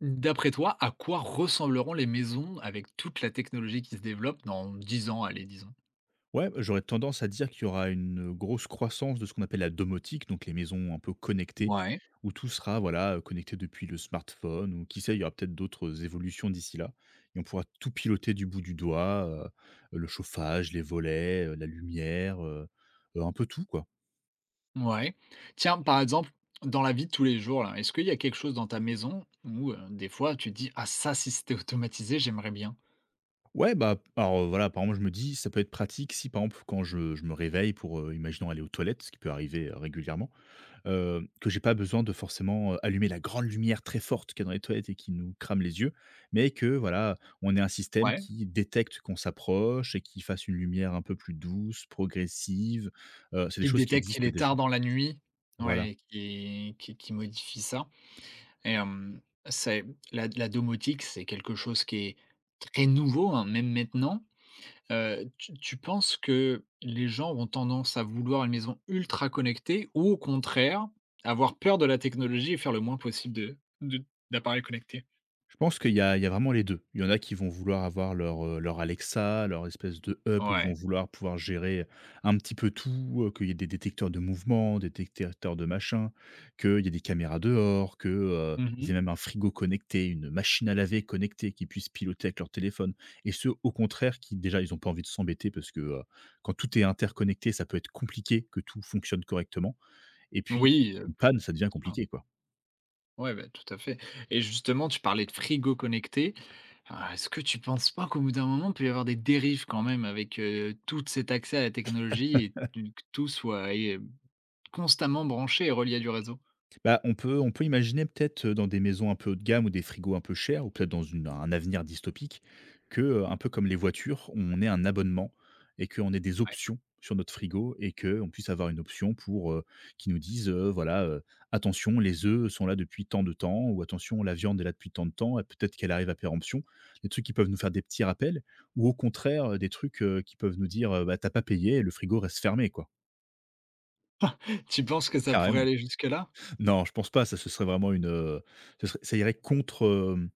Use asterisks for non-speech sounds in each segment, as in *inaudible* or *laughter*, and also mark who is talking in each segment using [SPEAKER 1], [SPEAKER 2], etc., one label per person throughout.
[SPEAKER 1] D'après toi, à quoi ressembleront les maisons avec toute la technologie qui se développe dans 10 ans, allez, disons?
[SPEAKER 2] Ouais, bah, j'aurais tendance à dire qu'il y aura une grosse croissance de ce qu'on appelle la domotique, donc les maisons un peu connectées,
[SPEAKER 1] Ouais.
[SPEAKER 2] où tout sera voilà, connecté depuis le smartphone ou qui sait, il y aura peut-être d'autres évolutions d'ici là et on pourra tout piloter du bout du doigt, le chauffage, les volets, la lumière, un peu tout, quoi.
[SPEAKER 1] Ouais. Tiens, par exemple, dans la vie de tous les jours, là, est-ce qu'il y a quelque chose dans ta maison où, des fois tu te dis: «Ah ça, si c'était automatisé, j'aimerais bien».
[SPEAKER 2] Ouais, bah, alors, voilà, par exemple, je me dis, ça peut être pratique si, par exemple, quand je me réveille pour, imaginons aller aux toilettes, ce qui peut arriver, régulièrement. Que j'ai pas besoin de forcément, allumer la grande lumière très forte qu'il y a dans les toilettes et qui nous crame les yeux, mais que voilà, on ait un système
[SPEAKER 1] Ouais.
[SPEAKER 2] qui détecte qu'on s'approche et qui fasse une lumière un peu plus douce, progressive, c'est des
[SPEAKER 1] Qui
[SPEAKER 2] choses qui
[SPEAKER 1] détecte qu'il
[SPEAKER 2] existent
[SPEAKER 1] est tard
[SPEAKER 2] déjà.
[SPEAKER 1] dans la nuit,
[SPEAKER 2] Voilà.
[SPEAKER 1] ouais, et qui modifie ça. et hem, c'est la domotique, c'est quelque chose qui est très nouveau, hein, même maintenant. Tu penses que les gens ont tendance à vouloir une maison ultra connectée ou, au contraire, avoir peur de la technologie et faire le moins possible de d'appareils connectés?
[SPEAKER 2] Je pense qu'il y a vraiment les 2. Il y en a qui vont vouloir avoir leur, leur Alexa, leur espèce de hub où ils
[SPEAKER 1] Ouais.
[SPEAKER 2] vont vouloir pouvoir gérer un petit peu tout, qu'il y ait des détecteurs de mouvement, des détecteurs de machin, qu'il y ait des caméras dehors, que, ils
[SPEAKER 1] Mmh.
[SPEAKER 2] aient même un frigo connecté, une machine à laver connectée qu'ils puissent piloter avec leur téléphone et ceux, au contraire, qui déjà, ils ont pas envie de s'embêter parce que, quand tout est interconnecté, ça peut être compliqué que tout fonctionne correctement et puis,
[SPEAKER 1] Oui,
[SPEAKER 2] une
[SPEAKER 1] bien
[SPEAKER 2] panne, ça devient
[SPEAKER 1] sûr.
[SPEAKER 2] compliqué, quoi.
[SPEAKER 1] Ouais, bah, tout à fait, et justement, tu parlais de frigo connecté. Ah, est-ce que tu penses pas qu'au bout d'un moment, il peut y avoir des dérives quand même avec, tout cet accès à la technologie et tu que tout soit et constamment branché et relié à du réseau?
[SPEAKER 2] Bah, on peut imaginer peut-être, dans des maisons un peu haut de gamme ou des frigos un peu chers ou peut-être dans une un avenir dystopique que, un peu comme les voitures, on ait un abonnement et qu'on ait des options sur notre frigo et qu'on puisse avoir une option pour, qui nous dise, voilà, «Attention, les œufs sont là depuis tant de temps» ou «Attention, la viande est là depuis tant de temps et peut-être qu'elle arrive à péremption». Des trucs qui peuvent nous faire des petits rappels ou au contraire, des trucs, qui peuvent nous dire, «Bah, tu pas payé et le frigo reste fermé», quoi.
[SPEAKER 1] *laughs* Tu penses que ça pourrait
[SPEAKER 2] Carrément.
[SPEAKER 1] aller jusque là?
[SPEAKER 2] Non, je pense pas, ça ce serait vraiment une, ce serait ça irait contre, hem,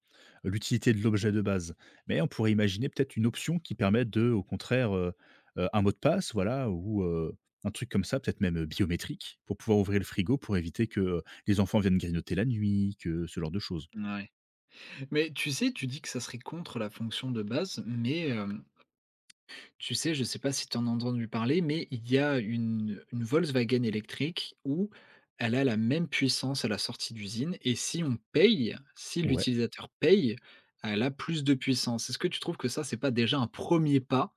[SPEAKER 2] l'utilité de l'objet de base. Mais on pourrait imaginer peut-être une option qui permette de, au contraire, un mot de passe, voilà, ou, un truc comme ça, peut-être même, biométrique, pour pouvoir ouvrir le frigo, pour éviter que, les enfants viennent grignoter la nuit, que ce genre de choses.
[SPEAKER 1] Mais tu sais, tu dis que ça serait contre la fonction de base, mais tu sais, je ne sais pas si tu en as entendu parler, mais il y a une Volkswagen électrique où elle a la même puissance à la sortie d'usine, et si on paye, si
[SPEAKER 2] Ouais.
[SPEAKER 1] l'utilisateur paye, elle a plus de puissance. Est-ce que tu trouves que ça, c'est pas déjà un premier pas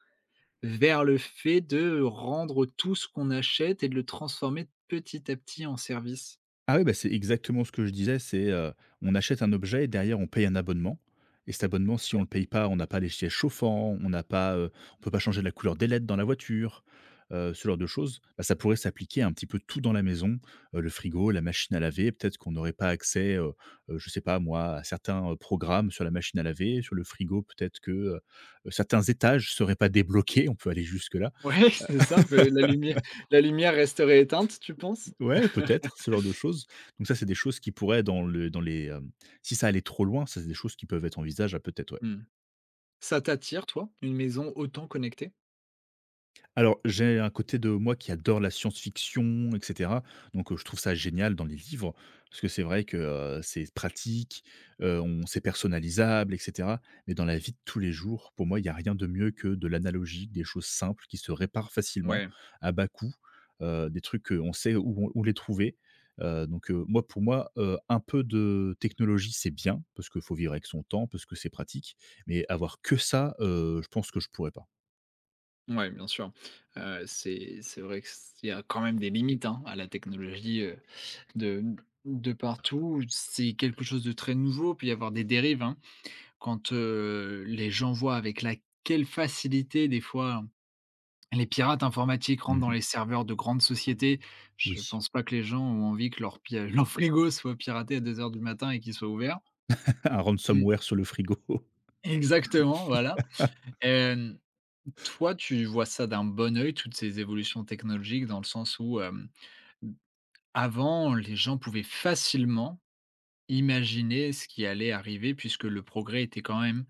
[SPEAKER 1] vers le fait de rendre tout ce qu'on achète et de le transformer petit à petit en service?
[SPEAKER 2] Ah oui, bah, c'est exactement ce que je disais, c'est, on achète un objet et derrière on paye un abonnement et cet abonnement, si on ne le paye pas, on n'a pas les sièges chauffants, on n'a pas, on peut pas changer la couleur des LED dans la voiture, ce genre de choses. Bah, ça pourrait s'appliquer à un petit peu tout dans la maison, le frigo, la machine à laver, peut-être qu'on n'aurait pas accès, je sais pas moi, à certains, programmes sur la machine à laver, sur le frigo peut-être que, certains étages seraient pas débloqués, on peut aller jusque là.
[SPEAKER 1] Ouais, *laughs* c'est ça, peu la lumière resterait éteinte, tu penses?
[SPEAKER 2] Ouais, peut-être, ce genre de choses. Donc ça, c'est des choses qui pourraient dans les, si ça allait trop loin, ça, c'est des choses qui peuvent être envisageables peut-être, ouais.
[SPEAKER 1] Mmh. Ça t'attire, toi, une maison autant connectée?
[SPEAKER 2] Alors, j'ai un côté de moi qui adore la science-fiction, et cetera. Donc, je trouve ça génial dans les livres, parce que c'est vrai que, c'est pratique, on c'est personnalisable, et cetera. Mais dans la vie de tous les jours, pour moi, il y a rien de mieux que de l'analogique, des choses simples qui se réparent facilement,
[SPEAKER 1] Ouais,
[SPEAKER 2] à bas coût, des trucs, qu'on sait où les trouver. Donc, moi, pour moi, un peu de technologie, c'est bien, parce qu'il faut vivre avec son temps, parce que c'est pratique. Mais avoir que ça, je pense que je pourrais pas.
[SPEAKER 1] ouais, bien sûr. C'est vrai qu'il y a quand même des limites, hein, à la technologie, de de partout. C'est quelque chose de très nouveau, puis y avoir des dérives, hein. Quand, les gens voient avec la quelle facilité des fois, hein, les pirates informatiques rentrent dans
[SPEAKER 2] Mmh.
[SPEAKER 1] les serveurs de grandes sociétés,
[SPEAKER 2] Oui.
[SPEAKER 1] je pense pas que les gens ont envie que leur pi *laughs* leur frigo soit piraté à 2 heures du matin et qu'il soit ouvert.
[SPEAKER 2] *laughs* Un
[SPEAKER 1] Mmh,
[SPEAKER 2] ransomware sur le frigo. *laughs*
[SPEAKER 1] exactement, voilà. Hem, Toi, tu vois ça d'un bon œil, toutes ces évolutions technologiques, dans le sens où, avant, les gens pouvaient facilement imaginer ce qui allait arriver puisque le progrès était quand même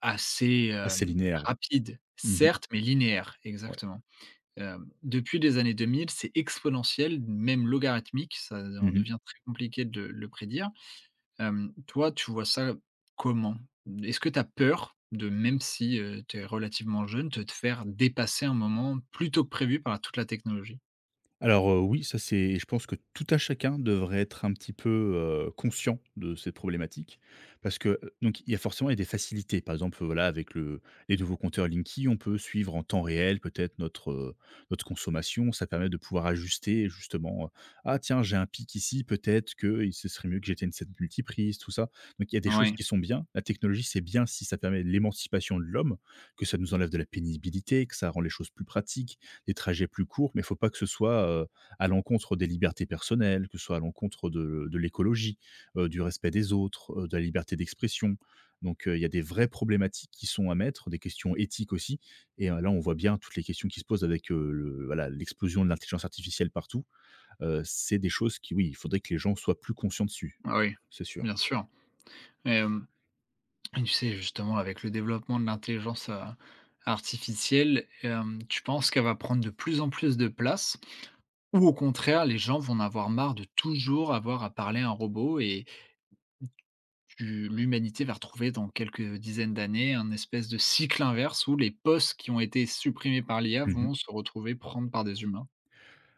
[SPEAKER 1] assez,
[SPEAKER 2] Assez linéaire, oui.
[SPEAKER 1] rapide.
[SPEAKER 2] Mmh.
[SPEAKER 1] Certes, mais linéaire,
[SPEAKER 2] Ouais.
[SPEAKER 1] exactement. Depuis les années 2000, c'est exponentiel, même logarithmique, ça en
[SPEAKER 2] Mmh.
[SPEAKER 1] devient très compliqué de le prédire. Toi, tu vois ça comment? Est-ce que tu as peur, de même si, tu es relativement jeune, de te faire dépasser un moment plus tôt que prévu par toute la technologie?
[SPEAKER 2] Alors, oui, ça c'est je pense que tout à chacun devrait être un petit peu, conscient de ces problématiques. Parce que, donc il y a forcément il y a des facilités. Par exemple, voilà avec le les nouveaux compteurs Linky, on peut suivre en temps réel peut-être notre, notre consommation. Ça permet de pouvoir ajuster justement, «Ah tiens, j'ai un pic ici, peut-être que il ce serait mieux que j'éteigne cette multiprise», tout ça. Donc il y a des choses
[SPEAKER 1] Oui,
[SPEAKER 2] qui sont bien. La technologie, c'est bien si ça permet l'émancipation de l'homme, que ça nous enlève de la pénibilité, que ça rend les choses plus pratiques, des trajets plus courts, mais il faut pas que ce soit, à l'encontre des libertés personnelles, que ce soit à l'encontre de l'écologie, du respect des autres, de la liberté d'expression. Donc, il y a des vraies problématiques qui sont à mettre, des questions éthiques aussi et là, on voit bien toutes les questions qui se posent avec, le voilà, l'explosion de l'intelligence artificielle partout. C'est des choses qui, oui, il faudrait que les gens soient plus conscients dessus.
[SPEAKER 1] ah oui,
[SPEAKER 2] C'est sûr.
[SPEAKER 1] bien sûr. Hem, et tu sais, justement, avec le développement de l'intelligence, artificielle, tu penses qu'elle va prendre de plus en plus de place ou, au contraire, les gens vont en avoir marre de toujours avoir à parler à un robot et tu l'humanité va retrouver dans quelques dizaines d'années un espèce de cycle inverse où les postes qui ont été supprimés par l'IA
[SPEAKER 2] Mmh.
[SPEAKER 1] vont se retrouver prendre par des humains.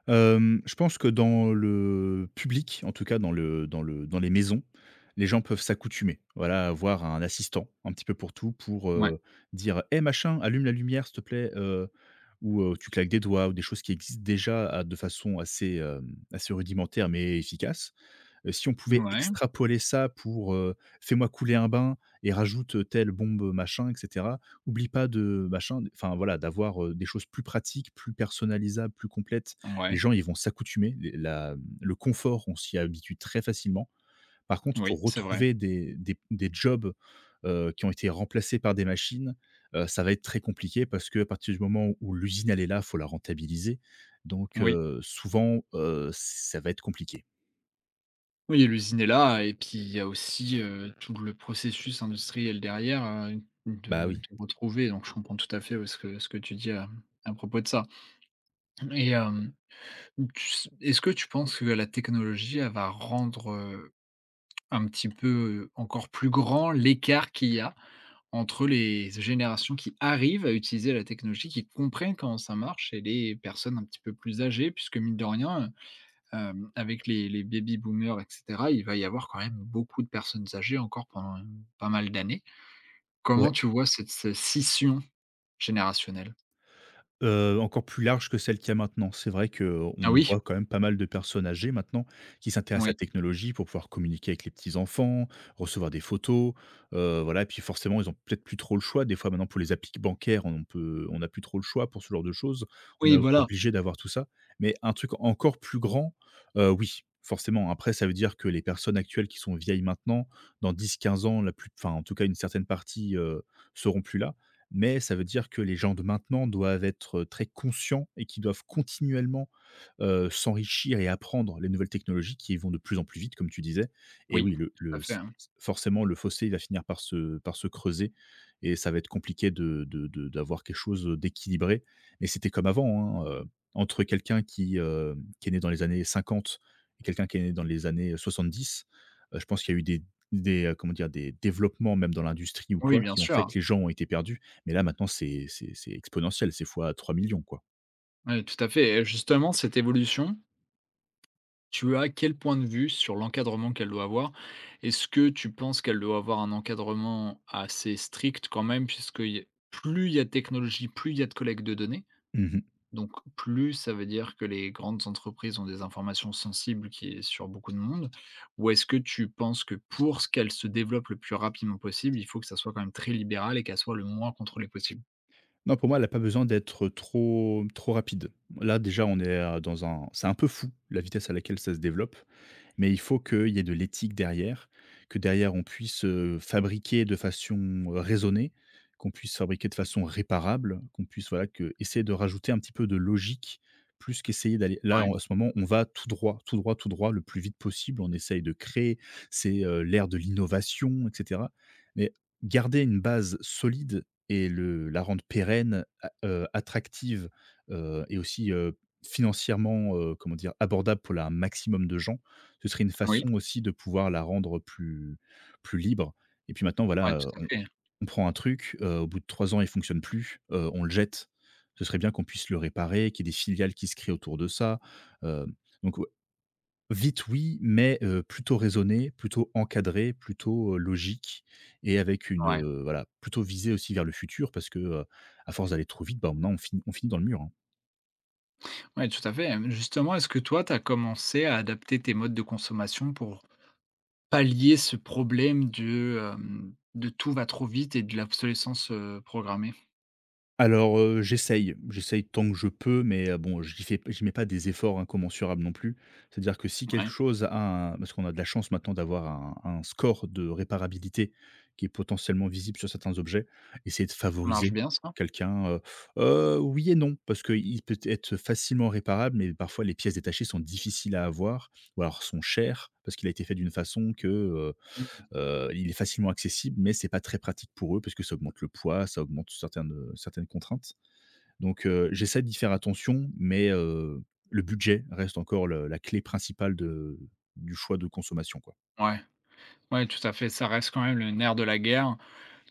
[SPEAKER 2] Je pense que dans le public, en tout cas dans les maisons, les gens peuvent s'accoutumer, voilà, à avoir un assistant un petit peu pour tout, pour,
[SPEAKER 1] Ouais.
[SPEAKER 2] dire: «Eh machin, allume la lumière s'il te plaît», ou, tu claques des doigts ou des choses qui existent déjà à de façon assez, assez rudimentaire mais efficace. Si on pouvait
[SPEAKER 1] Ouais,
[SPEAKER 2] extrapoler ça pour, fais-moi couler un bain et rajoute, telle bombe, machin et cetera. Oublie pas de machin, enfin voilà, d'avoir, des choses plus pratiques, plus personnalisables, plus complètes. Les
[SPEAKER 1] ouais,
[SPEAKER 2] gens, ils vont s'accoutumer, les la le confort, on s'y habitue très facilement. Par contre,
[SPEAKER 1] oui,
[SPEAKER 2] pour
[SPEAKER 1] c'est vrai.
[SPEAKER 2] retrouver des jobs, qui ont été remplacés par des machines, ça va être très compliqué parce que à partir du moment où l'usine, elle est là, faut la rentabiliser donc
[SPEAKER 1] Oui.
[SPEAKER 2] souvent, ça va être compliqué.
[SPEAKER 1] Oui, et l'usine est là et puis il y a aussi, tout le processus industriel derrière, heu,
[SPEAKER 2] Bah
[SPEAKER 1] de de
[SPEAKER 2] oui.
[SPEAKER 1] retrouver, donc je comprends tout à fait, ouais, ce que tu dis à propos de ça. Et hem, tu s est-ce que tu penses que la technologie, elle va rendre, un petit peu, encore plus grand l'écart qu'il y a entre les générations qui arrivent à utiliser la technologie, qui comprennent comment ça marche, et les personnes un petit peu plus âgées, puisque mine de rien, avec les baby boomers et cetera, il va y avoir quand même beaucoup de personnes âgées encore pendant, pas mal d'années. Comment
[SPEAKER 2] Ouais.
[SPEAKER 1] tu vois cette ce scission générationnelle?
[SPEAKER 2] Encore plus large que celle qu'il y a maintenant. C'est vrai
[SPEAKER 1] Ah
[SPEAKER 2] qu'on
[SPEAKER 1] oui?
[SPEAKER 2] voit quand même pas mal de personnes âgées maintenant qui s'intéressent à la
[SPEAKER 1] Oui.
[SPEAKER 2] technologie pour pouvoir communiquer avec les petits-enfants, recevoir des photos, voilà et puis forcément ils ont peut-être plus trop le choix. Des fois maintenant pour les applis bancaires, on peut on n'a plus trop le choix pour ce genre de choses. On
[SPEAKER 1] Oui,
[SPEAKER 2] est
[SPEAKER 1] voilà.
[SPEAKER 2] obligé d'avoir tout ça. Mais un truc encore plus grand, oui, forcément. Après ça veut dire que les personnes actuelles qui sont vieilles maintenant, dans 10, 15 ans la plus enfin en tout cas une certaine partie, seront plus là mais ça veut dire que les gens de maintenant doivent être très conscients et qu'ils doivent continuellement s'enrichir et apprendre les nouvelles technologies qui vont de plus en plus vite, comme tu disais et
[SPEAKER 1] Oui,
[SPEAKER 2] oui,
[SPEAKER 1] tout
[SPEAKER 2] le
[SPEAKER 1] à fait,
[SPEAKER 2] s
[SPEAKER 1] hein.
[SPEAKER 2] forcément, le fossé il va finir par se creuser et ça va être compliqué de d'avoir quelque chose, d'équilibré. Mais c'était comme avant, hein, entre quelqu'un qui est né dans les années 50 et quelqu'un qui est né dans les années 70, je pense qu'il y a eu des comment dire? Des développements même dans l'industrie ou
[SPEAKER 1] Oui,
[SPEAKER 2] quoi,
[SPEAKER 1] bien
[SPEAKER 2] qui ont fait
[SPEAKER 1] sûr.
[SPEAKER 2] que les gens ont été perdus. Mais là, maintenant, c'est exponentiel, c'est fois 3 millions quoi.
[SPEAKER 1] Oui, tout à fait. Et justement, cette évolution, tu as quel point de vue sur l'encadrement qu'elle doit avoir? Est-ce que tu penses qu'elle doit avoir un encadrement assez strict quand même, puisque y plus il y a de technologie, plus il y a de collecte de données,
[SPEAKER 2] Mmh.
[SPEAKER 1] donc plus ça veut dire que les grandes entreprises ont des informations sensibles qui est sur beaucoup de monde? Ou est-ce que tu penses que pour ce qu'elle se développe le plus rapidement possible, il faut que ça soit quand même très libéral et qu'elle soit le moins contrôlée possible?
[SPEAKER 2] Non, pour moi, elle a pas besoin d'être trop trop rapide. Là, déjà, on est, dans un c'est un peu fou la vitesse à laquelle ça se développe mais il faut qu'il y ait de l'éthique derrière, que derrière on puisse, fabriquer de façon, raisonnée, qu'on puisse fabriquer de façon réparable, qu'on puisse, voilà, que essayer de rajouter un petit peu de logique, plus qu'essayer d'aller là,
[SPEAKER 1] Ouais,
[SPEAKER 2] en à ce moment, on va tout droit, tout droit, tout droit, le plus vite possible. On essaye de créer, c'est, l'ère de l'innovation et cetera. Mais garder une base solide et le la rendre pérenne, a attractive, et aussi, financièrement, comment dire? Abordable pour la un maximum de gens, ce serait une
[SPEAKER 1] oui,
[SPEAKER 2] façon aussi de pouvoir la rendre plus libre et puis maintenant
[SPEAKER 1] ouais,
[SPEAKER 2] voilà,
[SPEAKER 1] tout à
[SPEAKER 2] on
[SPEAKER 1] fait,
[SPEAKER 2] prend un truc, au bout de 3 ans, il fonctionne plus, on le jette. Ce serait bien qu'on puisse le réparer, qu'il y ait des filiales qui se créent autour de ça. heu, donc ouais, vite oui, mais plutôt raisonné, plutôt encadré, plutôt, logique et avec une,
[SPEAKER 1] ouais.
[SPEAKER 2] voilà, plutôt visé aussi vers le futur parce que, à force d'aller trop vite, bah, maintenant on finit dans le mur, hein.
[SPEAKER 1] Ouais, tout à fait. Justement, est-ce que toi, tu as commencé à adapter tes modes de consommation pour pallier ce problème de tout va trop vite et de l'obsolescence, programmée.
[SPEAKER 2] Alors, j'essaye. J'essaye tant que je peux, mais, bon, j'y mets pas des efforts incommensurables non plus. C'est-à-dire que si quelque
[SPEAKER 1] Ouais,
[SPEAKER 2] chose a un parce qu'on a de la chance maintenant d'avoir un score de réparabilité qui est potentiellement visible sur certains objets, essayer de
[SPEAKER 1] ça marche
[SPEAKER 2] favoriser
[SPEAKER 1] bien ça.
[SPEAKER 2] quelqu'un, oui et non, parce qu'il peut être facilement réparable, mais parfois les pièces détachées sont difficiles à avoir ou alors sont chères parce qu'il a été fait d'une façon que,
[SPEAKER 1] Mmh.
[SPEAKER 2] Il est facilement accessible, mais c'est pas très pratique pour eux parce que ça augmente le poids, ça augmente certaines contraintes. Donc j'essaie d'y faire attention, mais le budget reste encore le la clé principale de du choix de consommation, quoi.
[SPEAKER 1] Ouais, ouais, tout à fait, ça reste quand même le nerf de la guerre.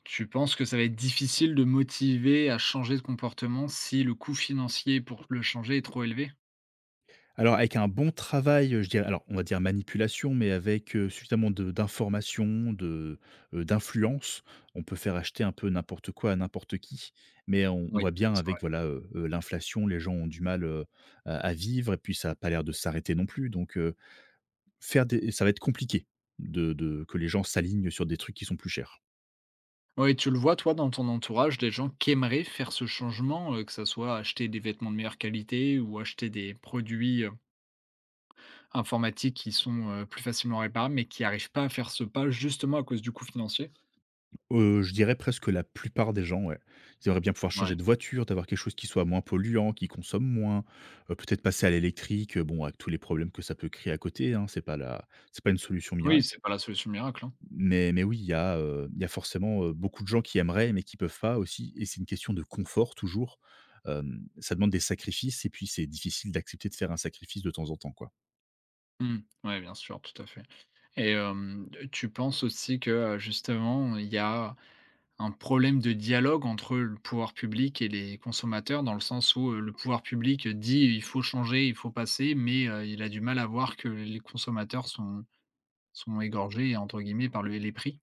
[SPEAKER 1] Tu penses que ça va être difficile de motiver à changer de comportement si le coût financier pour le changer est trop élevé?
[SPEAKER 2] Alors avec un bon travail, je dirais alors on va dire manipulation, mais avec, suffisamment de d'informations, de, d'influence, on peut faire acheter un peu n'importe quoi à n'importe qui. Mais on
[SPEAKER 1] Oui,
[SPEAKER 2] voit bien
[SPEAKER 1] c'est vrai.
[SPEAKER 2] avec voilà, l'inflation, les gens ont du mal, à vivre et puis ça a pas l'air de s'arrêter non plus. Donc faire des ça va être compliqué de que les gens s'alignent sur des trucs qui sont plus chers.
[SPEAKER 1] Ouais, tu le vois, toi, dans ton entourage, des gens qui aimeraient faire ce changement, que ça soit acheter des vêtements de meilleure qualité ou acheter des produits, informatiques qui sont, plus facilement réparables, mais qui n'arrivent pas à faire ce pas justement à cause du coût financier.
[SPEAKER 2] Je dirais presque la plupart des gens, ouais. Ils aimeraient bien pouvoir changer
[SPEAKER 1] Ouais.
[SPEAKER 2] de voiture, d'avoir quelque chose qui soit moins polluant, qui consomme moins, peut-être passer à l'électrique, bon avec tous les problèmes que ça peut créer à côté, hein, c'est pas une solution
[SPEAKER 1] Oui, c'est
[SPEAKER 2] miracle.
[SPEAKER 1] pas la solution miracle. Oui,
[SPEAKER 2] Mais oui, il y a forcément, beaucoup de gens qui aimeraient, mais qui peuvent pas aussi et c'est une question de confort toujours. Ça demande des sacrifices et puis c'est difficile d'accepter de faire un sacrifice de temps en temps, quoi.
[SPEAKER 1] ouais, bien sûr, tout à fait. Et tu penses aussi que, justement, il y a un problème de dialogue entre le pouvoir public et les consommateurs? Dans le sens où, le pouvoir public dit: «Il faut changer, il faut passer», mais, il a du mal à voir que les consommateurs sont «égorgés» entre guillemets par le les prix?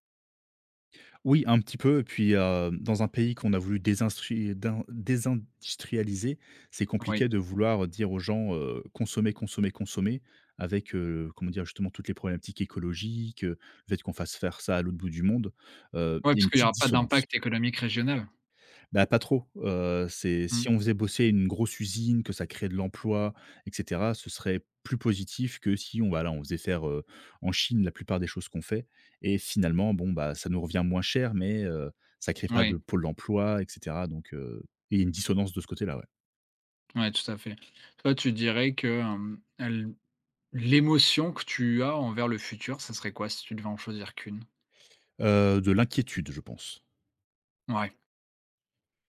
[SPEAKER 2] Oui, un petit peu. Et puis, dans un pays qu'on a voulu désinstrui din désindustrialiser, c'est
[SPEAKER 1] Oui.
[SPEAKER 2] compliqué de vouloir dire aux gens, «Consommez, consommez, consommez» avec, comment dire? Justement toutes les problématiques écologiques, le fait qu'on fasse faire ça à l'autre bout du monde,
[SPEAKER 1] Ouais,
[SPEAKER 2] il y
[SPEAKER 1] parce
[SPEAKER 2] a une
[SPEAKER 1] qu'il y
[SPEAKER 2] petite
[SPEAKER 1] aura pas
[SPEAKER 2] dissonance.
[SPEAKER 1] d'impact économique régional.
[SPEAKER 2] Bah, pas trop, c'est
[SPEAKER 1] Oui.
[SPEAKER 2] si on faisait bosser une grosse usine, que ça crée de l'emploi et cetera, ce serait plus positif que si on voilà, on faisait faire, en Chine la plupart des choses qu'on fait et finalement, bon, bah, ça nous revient moins cher mais ça crée pas de pôle emploi et cetera donc il y a une dissonance de ce côté-là, ouais.
[SPEAKER 1] Ouais, tout à fait. Toi, tu dirais que, hem, l l'émotion que tu as envers le futur, ça serait quoi si tu devais en choisir qu'une?
[SPEAKER 2] De l'inquiétude, je pense.
[SPEAKER 1] Ouais,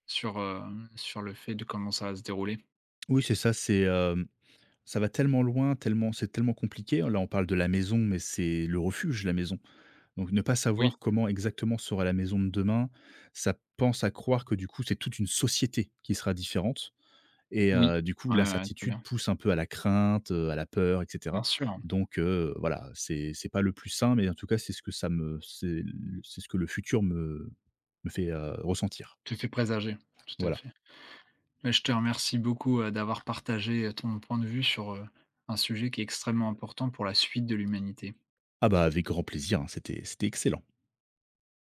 [SPEAKER 1] sur, heu, sur le fait de comment ça va se dérouler?
[SPEAKER 2] Oui, c'est ça, c'est, ça va tellement loin, tellement c'est tellement compliqué. Là, on parle de la maison mais c'est le refuge, la maison. Donc ne pas savoir
[SPEAKER 1] Oui,
[SPEAKER 2] comment exactement sera la maison de demain, ça pense à croire que du coup, c'est toute une société qui sera différente et
[SPEAKER 1] oui.
[SPEAKER 2] du coup,
[SPEAKER 1] Ouais, ouais, ouais, très
[SPEAKER 2] l'incertitude
[SPEAKER 1] bien.
[SPEAKER 2] pousse un peu à la crainte, à la peur et
[SPEAKER 1] Bien
[SPEAKER 2] cetera.
[SPEAKER 1] sûr,
[SPEAKER 2] Donc voilà, c'est pas le plus sain, mais en tout cas, c'est ce que le futur me fait, ressentir.
[SPEAKER 1] tout est présager, tout à
[SPEAKER 2] Voilà.
[SPEAKER 1] fait. Mais je te remercie beaucoup, d'avoir partagé ton point de vue sur, un sujet qui est extrêmement important pour la suite de l'humanité.
[SPEAKER 2] Ah bah, avec grand plaisir, hein, c'était excellent.